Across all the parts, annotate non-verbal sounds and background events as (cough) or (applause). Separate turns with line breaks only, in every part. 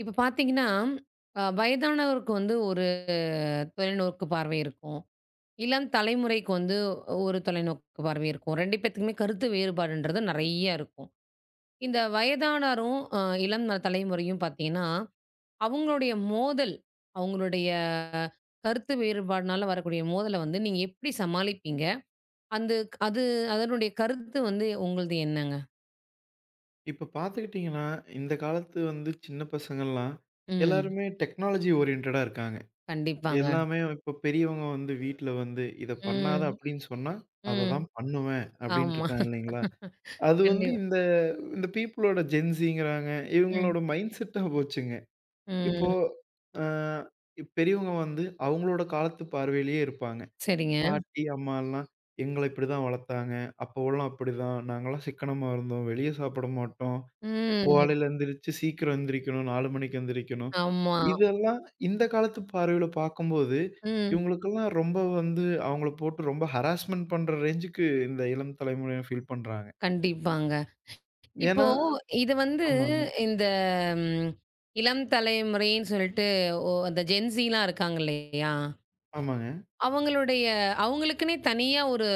இப்ப பார்த்தீங்கன்னா, வயதானவருக்கு வந்து ஒரு தொலைநோக்கு பார்வை இருக்கும். இளம் தலைமுறைக்கு வந்து ஒரு தொலைநோக்கு பார்வை இருக்கும். 2 பேத்துக்குமே கருத்து வேறுபாடுன்றது நெறைய இருக்கும். இந்த வயதானாரும், இளம் தலைமுறையும் பார்த்தீங்கன்னா, அவங்களுடைய மோதல், அவங்களுடைய கருத்து வேறுபாடுனால வரக்கூடிய மோதல வந்து நீங்க எப்படி சமாளிப்பீங்க? அந்த அது அதனுடைய கருத்து வந்து உங்களது என்னங்க?
இப்ப பார்த்துக்கிட்டீங்கன்னா, இந்த காலத்து வந்து சின்ன பசங்கள்லாம்
ம்.
எல்லாருமே டெக்னாலஜி ஓரியன்டடா இருக்காங்க.
கண்டிப்பாங்க.
எல்லாமே இப்ப பெரியவங்க வந்து வீட்ல வந்து, "இத பண்ணாத"
ம்.
அப்படின்னு சொன்னா, "அத
ம்.
தான் பண்ணுவேன்" அப்படின்ட்டு
ஆமா.
இருக்காங்க இல்லைங்களா? அது வந்து
கண்டிப்பா.
இந்த இந்த பீப்பிளோட ஜென்ஸிங்கிறாங்க.
ம்.
இவங்களோட மைண்ட் செட்டா போச்சுங்க. இப்போ
ம்.
அ பெரியவங்க வந்து அவங்களோட காலத்து பார்வையிலேயே இருப்பாங்க.
சரிங்க.
பாட்டி, அம்மாலாம் எங்கள இப்படிதான் வளர்த்தாங்க. அப்போலாம் அப்படிதான். நாங்கலாம் சிக்கனமா இருந்தோம். வெளிய சாப்பிட மாட்டோம்.
ம்.
காலையில எந்திரிச்சு சீக்கிரம் எந்திரிக்கணும். 4 மணிக்கு எந்திரிக்கணும்.
ஆமா.
இதெல்லாம் இந்த காலத்து பார்வையில பார்க்கும்போது,
ம்.
இவங்களுக்கெல்லாம் ரொம்ப வந்து அவங்கள போட்டு ரொம்ப ஹராஸ்மென்ட் பண்ற ரேஞ்சுக்கு இந்த இளம் தலைமுறையினர் ஃபீல் பண்றாங்க.
கண்டிப்பாங்க. இப்போ
ஏன்னா
இது வந்து
ஆமாங்க,
இந்த ம் இளம் தலைமுறைன்னு சொல்லிட்டு ஓ அந்த ஜென்ஸிலாம் இருக்காங்க இல்லையா?
ஆமாங்க,
அவங்களுடைய அவங்களுக்குன்னே தனியா ஒரு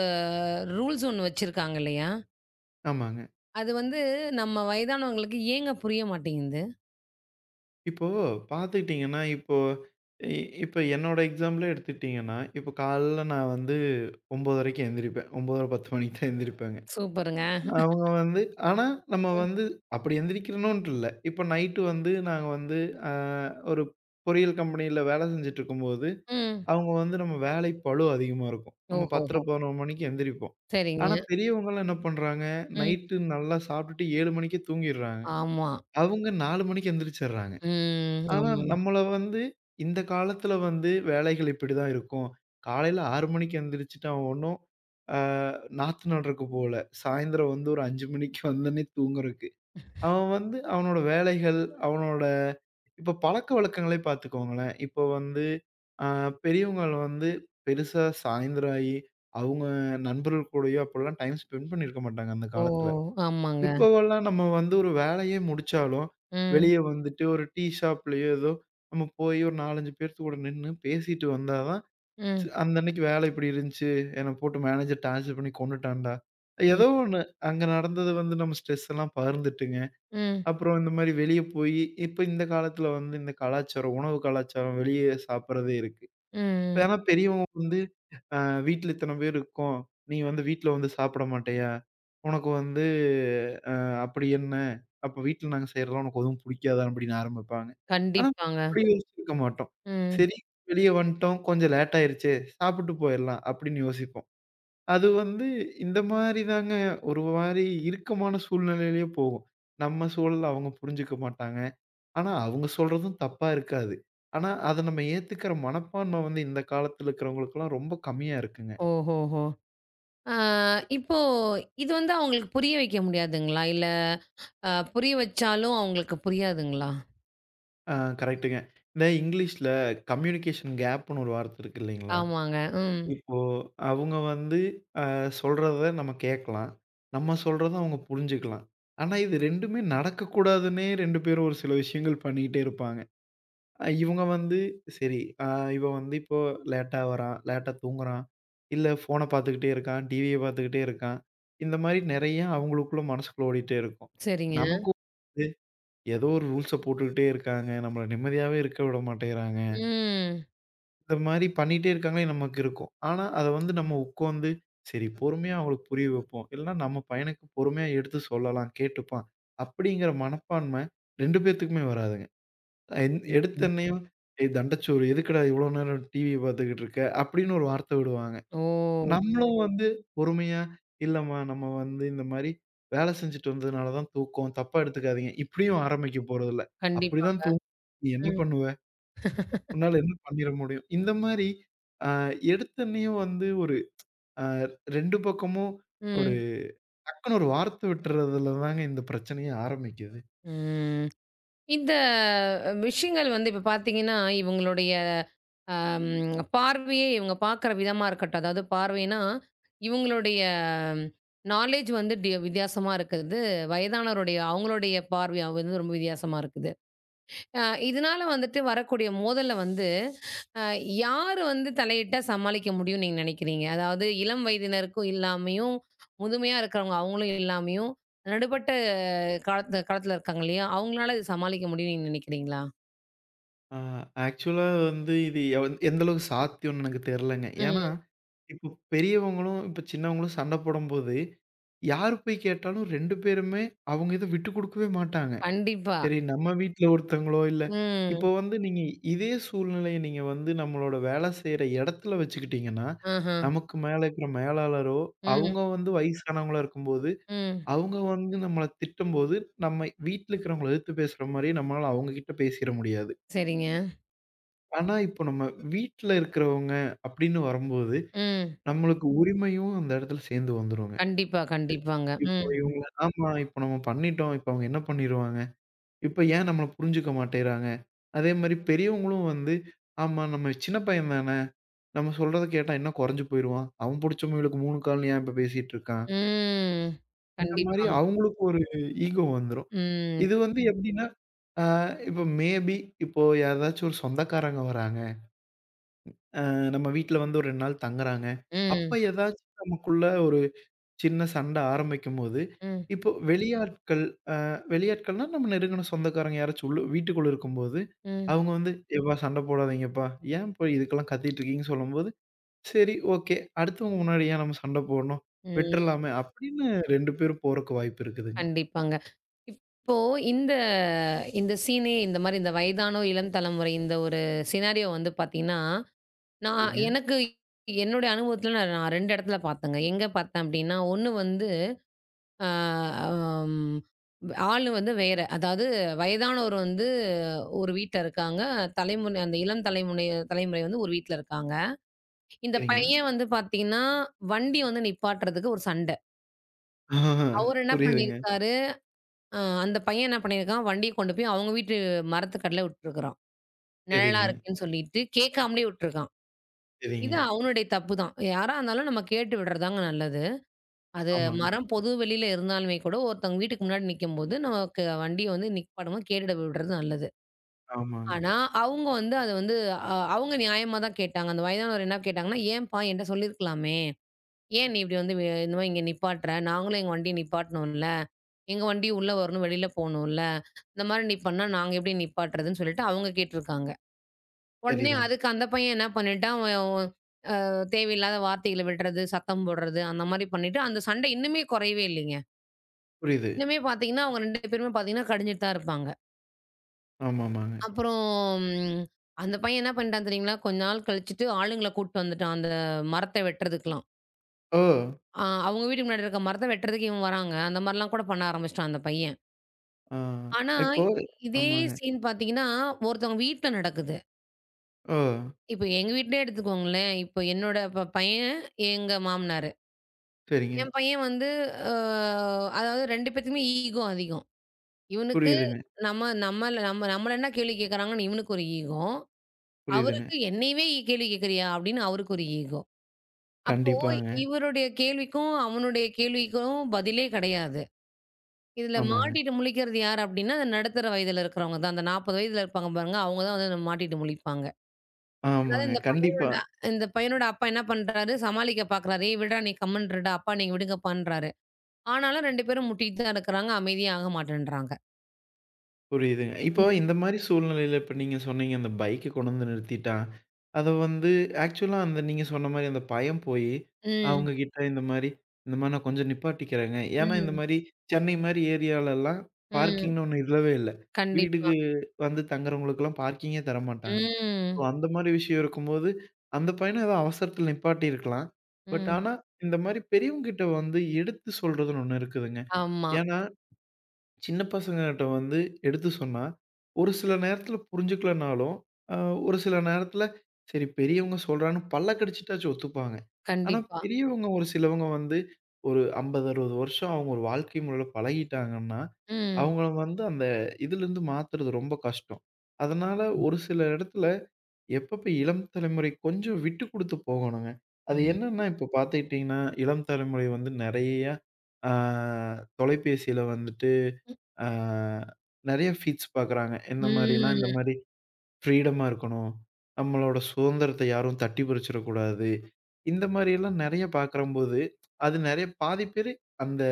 ரூல்ஸ் ஒண்ணு வச்சிருக்காங்க இல்லையா?
ஆமாங்க.
அது வந்து நம்ம வயதானவங்களுக்கு ஏங்க புரிய மாட்டேங்குது?
இப்போ பார்த்துக்கிட்டீங்கன்னா, இப்போ இ இப்ப என்னோட எக்ஸாம்பிளே எடுத்துக்கிட்டீங்கன்னா, இப்போ காலைல நான் வந்து 9:30க்கு எந்திரிப்பேன். 9:10 மணிக்கு தான் எந்திரிப்பேங்க.
சூப்பருங்க.
அவங்க வந்து ஆனா நம்ம
ம்.
வந்து அப்படி எந்திரிக்கணுன்ட்டு இல்ல. இப்ப நைட்டு வந்து நாங்க வந்து அ ஒரு பொறியியல் கம்பெனியில வேல செஞ்சுட்டுருக்கும்போது,
ம்.
அவங்க வந்து நம்ம வேலை பளு அதிகமா இருக்கும். நம்ம 10:00,
ஓஹோஹோ!
11 மணிக்கு எந்திரிப்போம்.
சரிங்க.
ஆனா பெரியவங்கலாம் என்ன பண்றாங்க,
ம்.
நைட்டு நல்லா சாப்பிட்டுட்டு 7 மணிக்கே தூங்கிடுறாங்க.
ஆமா.
அவங்க 4 மணிக்கு எந்திரிச்சிடுறாங்க.
ம்.
ஆனா,
ஆமாங்க.
நம்மள வந்து இந்த காலத்துல வந்து வேலைகள் இப்படிதான் இருக்கும். காலையில 6 மணிக்கு எந்திரிச்சுட்டு அவன் ஒண்ணும் அ நாத்து நடுறக்கு போல. சாயந்திரம் வந்து ஒரு 5 மணிக்கு வந்தோனே தூங்குறக்கு. அவன் வந்து அவனோட வேலைகள், அவனோட இப்ப பழக்கவழக்கங்களே பார்த்துக்கோங்களேன். இப்ப வந்து அ பெரியவங்க வந்து பெருசா சாயந்திரம் ஆயி, அவங்க நண்பர்கள் கூடயோ அப்போலாம் டைம் ஸ்பெண்ட் பண்ணியிருக்க மாட்டாங்க அந்த
ஓ!
காலத்துல.
ஆமாங்க.
இப்போவெல்லாம் நம்ம வந்து ஒரு வேலையே முடிச்சாலும்,
ம்.
வெளிய வந்துட்டு ஒரு டீ ஷாப்லயோ ஏதோ நம்ம போய் ஒரு 4, 5 பேர்த்து கூட நின்னு பேசிட்டு வந்தா தான், "ச்ச
ம்.
அந்த அன்னைக்கு வேலை இப்படி இருந்துச்சு. என்ன போட்டு மேனேஜர் டார்ச்சர் பண்ணி கொன்னுட்டான்டா."
ம்.
ஏதோ ஒண்ணு அங்க நடந்தது வந்து நம்ம ஸ்ட்ரெஸ் எல்லாம் பகிர்ந்துட்டுங்க.
ம்.
அப்புறம் இந்த மாரி வெளிய போயி இப்ப இந்த காலத்துல வந்து இந்த கலாச்சாரம், உணவு கலாச்சாரம் வெளிய சாப்பிடுறதே இருக்கு. இப்ப
ம்.
ஆனா பெரியவங்க வந்து அ வீட்ல இத்தன பேர் இருக்கோம். நீ வந்து வீட்ல வந்து சாப்பிட மாட்டயா? உனக்கு வந்து அ அப்படி என்ன? அப்ப வீட்ல நாங்க செய்றதெல்லாம் உனக்கு எதுவும் புடிக்காதா? அப்படின்னு ஆரம்பிப்பாங்க. ஆனா
கண்டிப்பாங்க.
அப்படி யோசிச்சிருக்க மாட்டோம்.
ம்.
சரி வெளிய வந்துட்டோம். கொஞ்சம் லேட் ஆயிருச்சே. சாப்பிட்டு போயிரலாம் அப்படின்னு யோசிப்போம். அது வந்து இந்த மாரி தாங்க ஒரு மாரி இறுக்கமான சூழ்நிலையிலயே போகும். நம்ம சூழல அவங்க புரிஞ்சுக்க மாட்டாங்க. ஆனா அவங்க சொல்றதும் தப்பா இருக்காது. ஆனா அத நம்ம ஏத்துக்கிற மனப்பான்மை வந்து இந்த காலத்துல இருக்கிறவங்களுக்கெல்லாம் ரொம்ப கம்மியா இருக்குங்க.
ஓஹோஹோ! ஆ, இப்போ இது வந்து அவங்களுக்கு புரிய வைக்க முடியாதுங்களா? இல்ல புரிய வச்சாலும் அவங்களுக்கு புரியாதுங்களா?
ஆ கரெக்ட்டுங்க. இந்த இங்கிலீஷ்ல கம்யூனிகேஷன் கேப்ன்னு ஒரு வார்த்தை இருக்கு இல்லைங்களா?
ஆமாங்க. ம்.
இப்போ அவங்க வந்து அ சொல்றத நம்ம கேட்கலாம். நம்ம சொல்றத அவங்க புரிஞ்சுக்கலாம். ஆனா, இது 2மே நடக்கக்கூடாதுன்னே 2 பேரும் ஒரு சில விஷயங்கள் பண்ணிக்கிட்டே இருப்பாங்க. இவங்க வந்து சரி அ இவன் வந்து இப்போ லேட்டா வரான், லேட்டா தூங்குறான், இல்ல ஃபோன பார்த்துக்கிட்டே இருக்கான், டிவிய பார்த்துக்கிட்டே இருக்கான். இந்த மாரி நெறைய அவங்களுக்குள்ள மனசுக்குள்ள ஓடிட்டே இருக்கும்.
சரிங்க.
நமக்கும் ஏதோ ஒரு ரூல்ஸ போட்டுக்கிட்டே இருக்காங்க. நம்மள நிம்மதியாவே இருக்க விட மாட்டேங்கிறாங்க.
ம்.
இந்த மாரி பண்ணிட்டே இருக்காங்களே நமக்கு இருக்கும். ஆனா, அத வந்து நம்ம உட்காந்து, சரி பொறுமையா அவங்களுக்கு புரிய வைப்போம். இல்லன்னா நம்ம பையனுக்கு பொறுமையா எடுத்து சொல்லலாம், கேட்டுப்பான். அப்படிங்கிற மனப்பான்மை 2 பேத்துக்குமே வராதுங்க. என்
ம்.
எடுத்தோனையும், "ஏய் தண்டச்சோறு எதுக்குடா இவ்வளோ நேரம் டிவி பார்த்துக்கிட்டு இருக்க?" அப்படின்னு ஒரு வார்த்தை விடுவாங்க.
ஓ!
நம்மளும் வந்து பொறுமையா, "இல்லம்மா, நம்ம வந்து இந்த மாரி வேலை செஞ்சுட்டு வந்ததுனால தான் தூக்கம். தப்பா எடுத்துக்காதீங்க." இப்படியும் ஆரம்பிக்க போறதில்ல.
கண்டிப்பாங்க.
"அப்படிதான் தூங் நீ என்ன
ம்.
பண்ணுவ? உன்னால என்ன பண்ணிற முடியும்?" இந்த மாரி அ எடுத்தோனயும் வந்து ஒரு அ 2 பக்கமும் ஒரு
ம்.
டக்குனு ஒரு வார்த்தை விட்டுறதுல தாங்க இந்த பிரச்சனையே ஆரம்பிக்குது.
ம். இந்த விஷயங்கள் வந்து இப்ப பார்த்தீங்கன்னா, இவங்களுடைய அம் பார்வையே இவங்க பார்க்குற விதமா இருக்கட்டும். அதாவது பார்வைன்னா, இவங்களுடைய நாலேட்ஜ் வந்து டி வித்தியாசமா இருக்குது. வயதானவருடைய அவங்களுடைய பார்வை வந்து ரொம்ப வித்தியாசமா இருக்குது. அ இதனால வந்துட்டு வரக்கூடிய மோதல்ல வந்து, அ யாரு வந்து தலையிட்டா சமாளிக்க முடியும்னு நீங்க நினைக்கிறீங்க? அதாவது இளம் வயதினருக்கும் இல்லாமையும், முதுமையா இருக்கிறவங்க அவங்களும் இல்லாமையும், நடுப்பட்ட காலத்துல இருக்காங்க இல்லையா? அவங்களால இது சமாளிக்க முடியும்னு நீங்க நினைக்கிறீங்களா?
ஆ ஆக்சுவலா வந்து இது எந்த அளவுக்கு சாத்தியம்னு எனக்கு தெரியலங்க. ஏன்னா,
ம்.
இப்போ பெரியவங்களும், இப்போ சின்னவங்களும் சண்டை போடும்போது, யாரு போய் கேட்டாலும் 2 பேருமே அவங்க இத விட்டு குடுக்கவே மாட்டாங்க.
கண்டிப்பா.
சரி நம்ம வீட்ல ஒருத்தவங்களோ, இல்ல
ம்.
இப்போ வந்து நீங்க இதே சூழ்நிலைய நீங்க வந்து நம்மளோட வேலை செய்ற இடத்துல வச்சுக்கிட்டீங்கன்னா,
ஆஹ.
நமக்கு மேல இருக்கிற மேலாளரோ,
ம்.
அவங்க வந்து வயசானவங்களா இருக்கும்போது,
ம்.
அவங்க வந்து நம்மள திட்டும்போது, நம்ம வீட்ல இருக்கிறவங்கள எதிர்த்து பேசுற மாரி நம்மளால அவங்க கிட்ட பேசிற முடியாது.
சரிங்க.
ஆனா, இப்போ நம்ம வீட்ல இருக்கிறவங்க அப்படின்னு வரும்போது,
ம்.
நம்மளுக்கு உரிமையும் அந்த இடத்துல சேர்ந்து வந்துருங்க.
கண்டிப்பா, கண்டிப்பாங்க.
இப்போ
ம்.
இவங்கள ஆமா. இப்போ நம்ம பண்ணிட்டோம். இப்போ அவங்க என்ன பண்ணிருவாங்க? இப்போ ஏன் நம்மள புரிஞ்சுக்க மாட்டேங்கிறாங்க? அதே மாரி பெரியவங்களும் வந்து, ஆமா நம்ம சின்ன பையன் தானே. நம்ம சொல்றத கேட்டா என்ன குறைஞ்சு போயிருவான்? அவன் புடிச்சவன் இவளுக்கு 3 கால்னு ஏன் இப்ப பேசிட்டு இருக்கான்?
ம்.
இந்த மாரி
கண்டிப்பாங்க.
அவங்களுக்கு ஒரு ஈகோ வந்துரும்.
ம்.
இது வந்து எப்படின்னா, அ இப்போ மேபி இப்போ யாராச்சும் ஒரு சொந்தக்காரங்க வராங்க. அ நம்ம வீட்ல வந்து ஒரு 2 நாள் தங்குறாங்க.
ம்.
அப்ப ஏதாச்சும் நமக்குள்ள ஒரு சின்ன சண்டை ஆரம்பிக்கும்போது,
ம்.
இப்போ வெளியாட்கள் வெளியாட்கள்னா நம்ம நெருங்குன சொந்தக்காரங்க யாராச்சும் உள்ள வீட்டுக்குள்ள இருக்கும்போது,
ம்.
அவங்க வந்து "எப்பா சண்டை போடாதீங்கப்பா. ஏன் போய் இதுக்கெல்லாம் கத்திட்டு இருக்கீங்கன்னு" சொல்லும்போது, சரி ஓகே. அடுத்தவங்க முன்னாடி ஏன் நம்ம சண்டை போடணும்?
ம்.
விட்டுறலாமே அப்படின்னு 2 பேரும் போறக்கு வாய்ப்பு இருக்குதுங்க.
கண்டிப்பாங்க. இப்போ இந்த இந்த சீனே இந்த மாரி இந்த வயதானோர், இளம் தலைமுறை இந்த ஒரு சினாரியோ வந்து பார்த்தீங்கன்னா, நான்
சரிங்க,
எனக்கு என்னுடைய அனுபவத்தில நான் 2 இடத்துல பார்த்தேங்க. எங்க பார்த்தேன் அப்டின்னா, 1 வந்து ஆ, அம், ஆளு வந்து வேற. அதாவது வயதானவர் வந்து ஒரு வீட்ல இருக்காங்க. தலைமுறை அந்த இளம் தலைமுனை தலைமுறை வந்து ஒரு வீட்ல இருக்காங்க. இந்த
சரிங்க.
பையன் வந்து பார்த்தீங்கன்னா, வண்டி வந்து நிப்பாட்டுறதுக்கு ஒரு சண்ட.
ஆஹா,
அவரு என்ன
புரியுதுங்க.
பண்ணியிருக்காரு, அ அந்த பையன் என்ன பண்ணியிருக்கான், வண்டிய கொண்டு போய் அவங்க வீட்டு மரத்துக்கடியில விட்டுருக்கான். நிழலா
சரிங்க,
இருக்குன்னு சொல்லிட்டு கேட்காமலே விட்டுருக்கான். இது
சரிங்க.
அவனுடைய தப்பு தான். யாரா இருந்தாலும் நம்ம கேட்டு விடுறது தாங்க நல்லது. அது
ஆமாங்க,
மரம் பொது வெளியில இருந்தாலுமே கூட, ஒருத்தவங்க வீட்டுக்கு முன்னாடி நிக்கும்போது, நமக்கு வண்டிய வந்து நிப்பாட்டமா கேட்டுட்டு விடுறது நல்லது.
ஆமாங்க.
ஆனா, அவங்க வந்து அத வந்து அவங்க நியாயமா தான் கேட்டாங்க. அந்த வயதானவர் என்ன கேட்டாங்கன்னா, "ஏன்பா என்ட்ட சொல்லியிருக்கலாமே! ஏன் நீ இப்படி வந்து இந்த மாரி இங்க நிப்பாட்டுற? நாங்களும் எங்க வண்டிய நிப்பாட்டணும்ல. எங்க வண்டி உள்ள வரணும், வெளியில போணும்ல. இந்த மாரி நீ பண்ணா நாங்க எப்படி நிப்பாட்டுறதுன்னு?" சொல்லிட்டு அவங்க கேட்டுருக்காங்க. உடனே
சரிதான்.
அதுக்கு அந்த பையன் என்ன பண்ணிட்டான், அவன் அவன் தேவையில்லாத வார்த்தைகள விடுறது, சத்தம் போடுறது அந்த மாரி பண்ணிட்டு, அந்த சண்டை இன்னுமே குறையவே இல்லைங்க.
புரியுது.
இன்னுமே பார்த்தீங்கன்னா, அவங்க 2 பேருமே பார்த்தீங்கன்னா, கடிஞ்சுட்டு தான் இருப்பாங்க.
ஆமாமாங்க.
அப்புறம் ம் அந்த பையன் என்ன பண்ணிட்டான் தெரியுங்களா? கொஞ்ச நாள் கழிச்சுட்டு ஆளுங்கள கூட்டு வந்துட்டான். அந்த மரத்த வெட்டுறதுக்கலாம்.
ஓ!
அ அவங்க வீட்டுக்கு முன்னாடி இருக்க மரத்த வெட்டுறதுக்கு இவன் வராங்க. அந்த மாரிலாம் கூட பண்ண ஆரம்பிச்சுட்டான் அந்த பையன்.
ஆ.
ஆனா,
இப்போ
இதே
ஆமாங்க.
சீன் பார்த்தீங்கன்னா, ஒருத்தவங்க வீட்ல நடக்குது.
ஓ!
இப்ப எங்க வீட்லயே எடுத்துக்கோங்களேன். இப்ப என்னோட பையன், எங்க மாமனாரு.
சரிங்க.
என் பையன் வந்து அ அதாவது 2 பேத்துக்குமே ஈகோ அதிகம். இவனுக்கு
புரியுதுங்க,
நம்மள என்ன கேள்வி கேட்கறாங்கன்னு இவனுக்கு ஒரு ஈகோ.
புரியுதுங்க.
அவருக்கு என்னையவே கேள்வி கேட்குறியா? அப்படின்னு அவருக்கு ஒரு ஈகோ. அப்போ
கண்டிப்பாங்க.
இவருடைய கேள்விக்கும், அவனுடைய கேள்விக்கும் பதிலே கிடையாது. இதுல
ஆமாங்க.
மாட்டிட்டு முழிக்கிறது யாரு அப்படின்னா, அந்த நடுத்தர வயதுல இருக்கிறவங்க தான். அந்த 40 வயதுல இருப்பாங்க பாருங்க, அவங்க தான் வந்து மாட்டிட்டு முழிப்பாங்க. அதாவது
ஆமாங்க.
இந்த
கண்டிப்பா.
பையனோட இந்த பையனோட அப்பா என்ன பண்றாரு, சமாளிக்க பார்க்குறாரு. "ஏய் விடுடா நீ கம்முனு இருடா, அப்பா நீங்க விடுங்கப்பான்றாரு." ஆனாலும் 2 பேரும் முட்டிட்டு தான் இருக்கிறாங்க. அமைதியே ஆக மாட்டேன்றாங்க.
புரியுதுங்க. இப்போ
ம்.
இந்த மாரி சூழ்நிலையில இப்ப நீங்க சொன்னீங்க, அந்த பைக்க கொண்டு வந்து நிறுத்திட்டான். அத வந்து ஆக்சுவலா அந்த நீங்க சொன்ன மாரி அந்த பயம் போயி,
ம்.
அவங்க கிட்ட இந்த மாரி, இந்த மாரி நான் கொஞ்சம் நிப்பாட்டிக்கிறேங்க. ஏன்னா இந்த
ம்.
மாரி சென்னை மாரி ஏரியாலலாம்
ம்.
பார்க்கிங்ன்னு ஒண்ணு இல்லவே இல்ல.
கண்டிப்பா.
வீடுக்கு வந்து தங்குறவங்களுக்கெல்லாம் பார்க்கிங்கே தரமாட்டாங்க. ஓ!
ம்.
அந்த மாரி விஷயம் இருக்கும்போது, அந்த பையன ஏதோ அவசரத்துல நிப்பாட்டியிருக்கலாம். பட்
ம்.
ஆனா, இந்த மாரி பெரியவங்ககிட்ட வந்து எடுத்து சொல்றதுன்னு ஒண்ணு இருக்குதுங்க.
ஆமா.
ஏன்னா, சின்ன பசங்ககிட்ட வந்து எடுத்து சொன்னா, ஒரு சில நேரத்துல புரிஞ்சுக்கலனாலும், அ ஒரு சில நேரத்துல சரி பெரியவங்க சொல்றான்னு பல்ல கடிச்சுட்டாச்சும் ஒத்துப்பாங்க. ஆனா,
கண்டிப்பா.
பெரியவங்க ஒரு சிலவங்க வந்து ஒரு 50, 60 வருஷம் அவங்க ஒரு வாழ்க்கை முறையில பழகிட்டாங்கன்னா,
ம்.
அவங்கள வந்து அந்த இதுலருந்து மாத்துறது ரொம்ப கஷ்டம். அதனால ஒரு சில இடத்துல எப்பப்ப இளம் தலைமுறை கொஞ்சம் விட்டு குடுத்து போகணுங்க. அது
ம்.
என்னன்னா, இப்போ பார்த்துக்கிட்டீங்கன்னா, இளம் தலைமுறை வந்து நெறைய ஆ தொலைபேசியில வந்துட்டு ஆ நெறைய ஃபீட்ஸ் பார்க்குறாங்க. எந்த மாரின்னா, இந்த
ம்.
மாரி ஃப்ரீடமா இருக்கணும். நம்மளோட சுதந்திரத்த யாரும் தட்டி பறிச்சிடக்கூடாது. இந்த மாரியெல்லாம் நெறைய பார்க்குறம்போது, அது நெறைய பாதி பேரு அந்த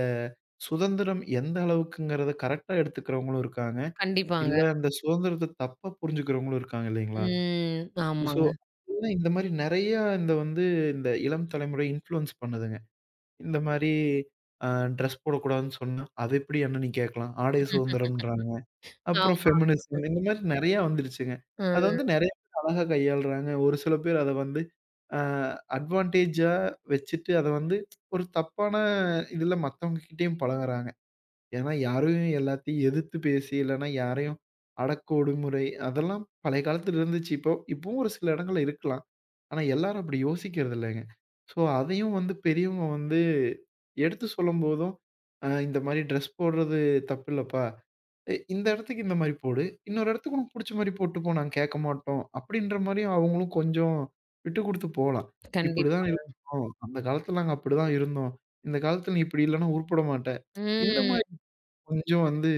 சுதந்திரம் எந்த அளவுக்குங்கிறத கரெக்ட்டா எடுத்துக்கிறவங்களும் இருக்காங்க.
கண்டிப்பாங்க.
இல்ல அந்த சுதந்திரத்த தப்பா புரிஞ்சுக்கிறவங்களும் இருக்காங்க இல்லைங்களா?
ம்.
சோ,
ஆமாங்க.
இந்த மாரி நெறையா இந்த வந்து இந்த இளம் தலைமுறை இன்ஃப்ளூயன்ஸ் பண்ணுதுங்க. இந்த மாரி அ ட்ரெஸ் போடக்கூடாதுன்னு சொன்னா, "அது எப்படி அண்ணன் நீ கேட்கலாம்? ஆடை சுதந்திரம்ன்றாங்க." அப்புறம்
ஆமா.
ஃபெமினிசம் இந்த மாரி நெறையா வந்துருச்சுங்க. அத
ம்.
வந்து நெறைய பேர் அழகா கையாளுறாங்க. ஒரு சில பேர் அத வந்து அ அட்வான்டேஜா வச்சுட்டு அத வந்து ஒரு தப்பான இதுல மத்தவங்ககிட்டயும் பழகுறாங்க. ஏன்னா, யாரையும் எல்லாத்தையும் எதிர்த்து பேசி இல்லன்னா யாரையும் அடக்க ஒடுமுறை அதெல்லாம் பழைய காலத்துல இருந்துச்சு. இப்போ இப்பவும் ஒரு சில இடங்கள்ல இருக்கலாம். ஆனா எல்லாரும் அப்படி யோசிக்கிறது இல்லைங்க. ஸோ, அதையும் வந்து பெரியவங்க வந்து எடுத்து சொல்லும்போதும், இந்த மாரி ட்ரெஸ் போடுறது தப்பில்லப்பா. இந்த இடத்துக்கு இந்த மாரி போடு. இன்னொரு இடத்துக்கு உனக்கு புடிச்ச மாரி போட்டுப்போ. நாங்க கேட்க மாட்டோம். அப்படின்ற மாரி அவங்களும் கொஞ்சம் விட்டு குடுத்து போலாம்.
கண்டிப்பா.
இப்படிதான் இருக்கணும். அந்த காலத்துல நாங்க அப்படிதான் இருந்தோம். இந்த காலத்துல நீ இப்படி இல்லன்னா உருப்பட மாட்ட. இந்த மாரி
ம்.
கொஞ்சம் வந்து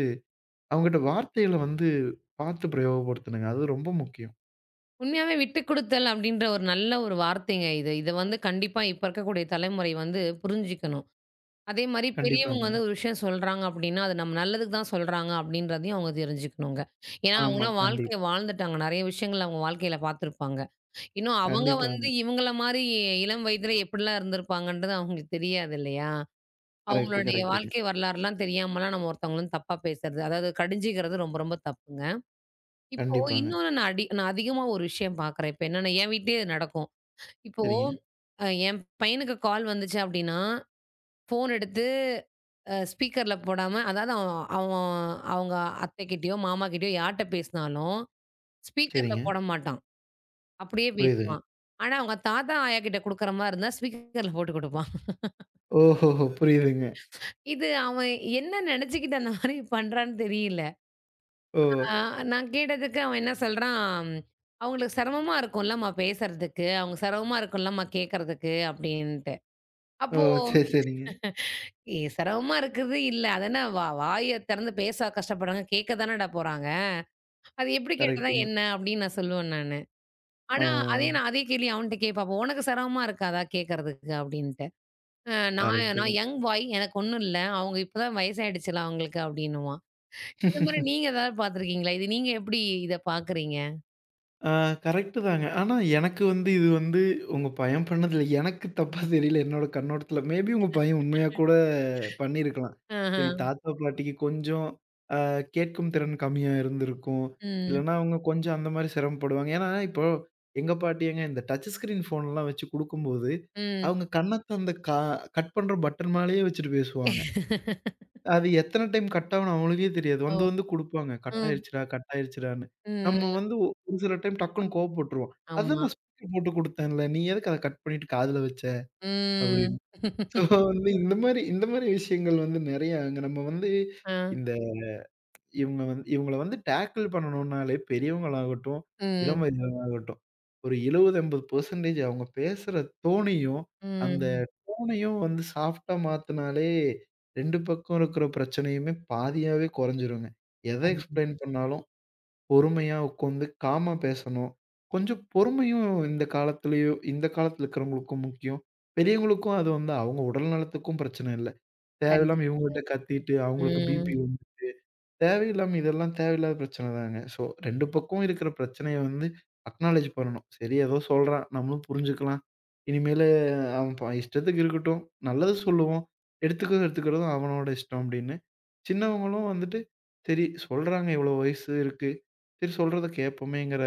அவங்ககிட்ட வார்த்தைகள வந்து பார்த்து பிரயோகப்படுத்தணுங்க. அது ரொம்ப முக்கியம்.
உண்மையாவே விட்டு குடுத்தல் அப்படின்ற ஒரு நல்ல ஒரு வார்த்தைங்க இது. இத வந்து கண்டிப்பா இப்ப இருக்கக்கூடிய தலைமுறை வந்து புரிஞ்சுக்கணும். அதே மாரி பெரியவங்க
கண்டிப்பாங்க.
வந்து ஒரு விஷயம் சொல்றாங்க அப்படின்னா, அது நம்ம நல்லதுக்கு தான் சொல்றாங்க அப்படின்றதையும் அவங்க தெரிஞ்சுக்கணுங்க. ஏன்னா
ஆமா.
அவங்கலாம் வாழ்க்கைய
கண்டிப்பா.
வாழ்ந்துட்டாங்க. நெறைய விஷயங்கள் அவங்க வாழ்க்கையில பார்த்துருப்பாங்க. இன்னும் அவங்க வந்து
கண்டிப்பாங்க.
இவங்கள மாரி இளம் வயதில எப்படிலாம் இருந்திருப்பாங்கன்றது அவங்களுக்கு தெரியாது இல்லையா?
கரெக்ட்,
அவங்களுடைய
கரெக்ட்டுங்க.
வாழ்க்கை வரலாறுலாம் தெரியாமலாம் நம்ம ஒருத்தவங்களும் தப்பா பேசுறது. அதாவது கடிஞ்சிக்கிறது ரொம்ப ரொம்ப தப்புங்க. இப்போ
கண்டிப்பாங்க.
இன்னொன்னு நான் அதிகமா ஒரு விஷயம் பார்க்குறேன். இப்ப என்னன்னா, என் வீட்லயே இது நடக்கும். இப்போ
சரிங்க,
என் பையனுக்கு கால் வந்துச்சு அப்டின்னா, ஃபோன் எடுத்து ஸ்பீக்கர்ல போடாம அதாவது அவன் அவன் அவங்க அத்தைகிட்டயோ, மாமாகிட்டயோ யார்ட்ட பேசினாலும் ஸ்பீக்கர்ல
சரிங்க.
போட மாட்டான். அப்படியே
புரியுதுங்க.
பேசுவான். ஆனா, அவங்க தாத்தா, ஆயா கிட்ட குடுக்குற மாரி இருந்தா ஸ்பீக்கர்ல போட்டு குடுப்பான்.
ஓஹோஹோ! புரியுதுங்க.
இது அவன் என்ன நெனச்சுக்கிட்டு அந்த மாரி பண்றான்னு தெரியல.
ஓ!
ஆ நான் கேட்டதுக்கு அவன் என்ன சொல்றான், "அவங்களுக்கு சிரமமா இருக்கும்லம்மா பேசுறதுக்கு. அவங்க சிரமமா இருக்கும்லம்மா கேட்கறதுக்கு" அப்படின்ட்டு.
ஓ!
அப்போ
சரி, சரிங்க.
(laughs) ஏ சிரமமா இருக்குது இல்ல. அதென்ன வாய திறந்து பேச கஷ்டப்படுறாங்க. கேட்க தானடா போறாங்க. அது எப்படி கேட்டா
கரெக்ட்டுங்க.
என்ன அப்படின்னு நான் சொல்லுவேன் நானு.
ஆ
ஆனா அதே கேள்வி அவன்ட்ட கேட்பேன். அப்போ "உனக்கு சிரமமா இருக்காதா கேட்கறதுக்கு?" அப்படின்ட்டு. "நான்
கரெக்ட்டு
நான்
தான்.
Young boy. எனக்கு ஒண்ணும் இல்ல. அவங்க இப்பதான் வயசாயிடுச்சுல அவங்களுக்கு" அப்படின்னுவான். இந்த மாரி நீங்க ஏதாவது பார்த்துருக்கீங்களா? இது நீங்க எப்படி இத பார்க்குறீங்க?
ஆ கரெக்ட்டு தாங்க. ஆனா எனக்கு வந்து இது வந்து உங்க பையன் பண்ணதில எனக்கு தப்பா தெரியல என்னோட கண்ணோட்டத்தில. மேபி உங்க பையன் உண்மையா கூட பண்ணியிருக்கலாம்.
ஆஹ.
சரி தாத்தா, பாட்டிக்கு கொஞ்சம் அ கேட்கும் திறன் கம்மியா இருந்திருக்கும்.
ம்.
இல்லன்னா அவங்க கொஞ்சம் அந்த மாரி சிரமப்படுவாங்க. ஏன்னா, இப்போ எங்க பாட்டி ஏங்க இந்த டச் ஸ்கிரீன் ஃபோன்லாம் வச்சு குடுக்கும்போது,
ம்.
அவங்க கண்ணத்த அந்த கட் பண்ற பட்டன் மேலேயே வச்சுட்டு பேசுவாங்க. அது எத்தன டைம் கட் ஆகும்னு அவங்களுக்கே தெரியாது.
ஓ!
வந்து வந்து குடுப்பாங்க. கட்
ம்.
ஆயிருச்சுடா, கட் ஆயிருச்சுடான்னு. நம்ம
ம்.
வந்து ஒரு சில டைம் டக்குன்னு கோவப்பட்டுருவோம். அதான்
ஆமா.
நான் ஸ்பீக்கர் போட்டு குடுத்தேன்ல. நீ எதுக்கு அத கட் பண்ணிட்டு காதுல வச்ச?
ம்.
அப்படின்னு. ஸோ வந்து இந்த மாரி விஷயங்கள் வந்து நெறைய அங்க நம்ம வந்து
ஆ.
இந்த இவங்கள வந்து டேக்கிள் பண்ணணும்னாலே பெரியவங்களாகட்டும், இளம்
ம்.
வயதினராகட்டும், ஒரு 70, 80% அவங்க பேசுற தோணியும், அந்த
ம்.
டோனையும் வந்து சாஃப்ட்டா மாத்துனாலே 2 பக்கம் இருக்கிற பிரச்சனையுமே பாதியாவே குறைஞ்சிருங்க. எத
கண்டி
எக்ஸ்ப்ளைன் பண்ணாலும் பொறுமையா உட்காந்து காமா பேசணும். கொஞ்சம் பொறுமையும் இந்த காலத்துலயோ இந்த காலத்துல இருக்கிறவங்களுக்கும் முக்கியம். பெரியவங்களுக்கும் அது வந்து அவங்க உடல் நலத்துக்கும் பிரச்சனை இல்ல.
கண்டி
தேவையில்லாம இவங்ககிட்ட கத்திட்டு அவங்களுக்கு
ம்.
பிபி வந்து தேவையில்லாம இதெல்லாம் தேவையில்லாத பிரச்சனை தாங்க. ஸோ 2 பக்கம் இருக்கிற பிரச்சனைய வந்து அக்னாலஜ் பண்ணணும். சரி ஏதோ சொல்றான் நம்மளும் புரிஞ்சுக்கலாம். இனிமேலு அவன் இஷ்டத்துக்கு இருக்கட்டும். நல்லது சொல்லுவோம். எடுத்துக்கிறதும் எடுத்துக்கிறதும் அவனோட இஷ்டம் அப்படின்னு. சின்னவங்களும் வந்துட்டு, சரி சொல்றாங்க இவ்வளோ வயசு இருக்கு. சரி சொல்றத கேட்போமேங்கிற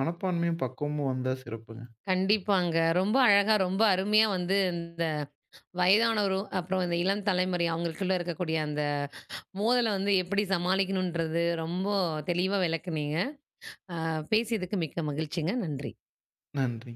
மனப்பான்மையும், பக்குவமும் வந்தா சிறப்புங்க.
கண்டிப்பாங்க. ரொம்ப அழகா, ரொம்ப அருமையா வந்து இந்த வயதானோரும், அப்புறம் இந்த இளம் தலைமுறை அவங்களுக்குள்ள இருக்கக்கூடிய அந்த மோதல வந்து எப்படி சமாளிக்கணுன்றது ரொம்ப தெளிவா விளக்குனீங்க. அ பேசியதுக்கு மிக்க மகிழ்ச்சிங்க. நன்றி.
நன்றி.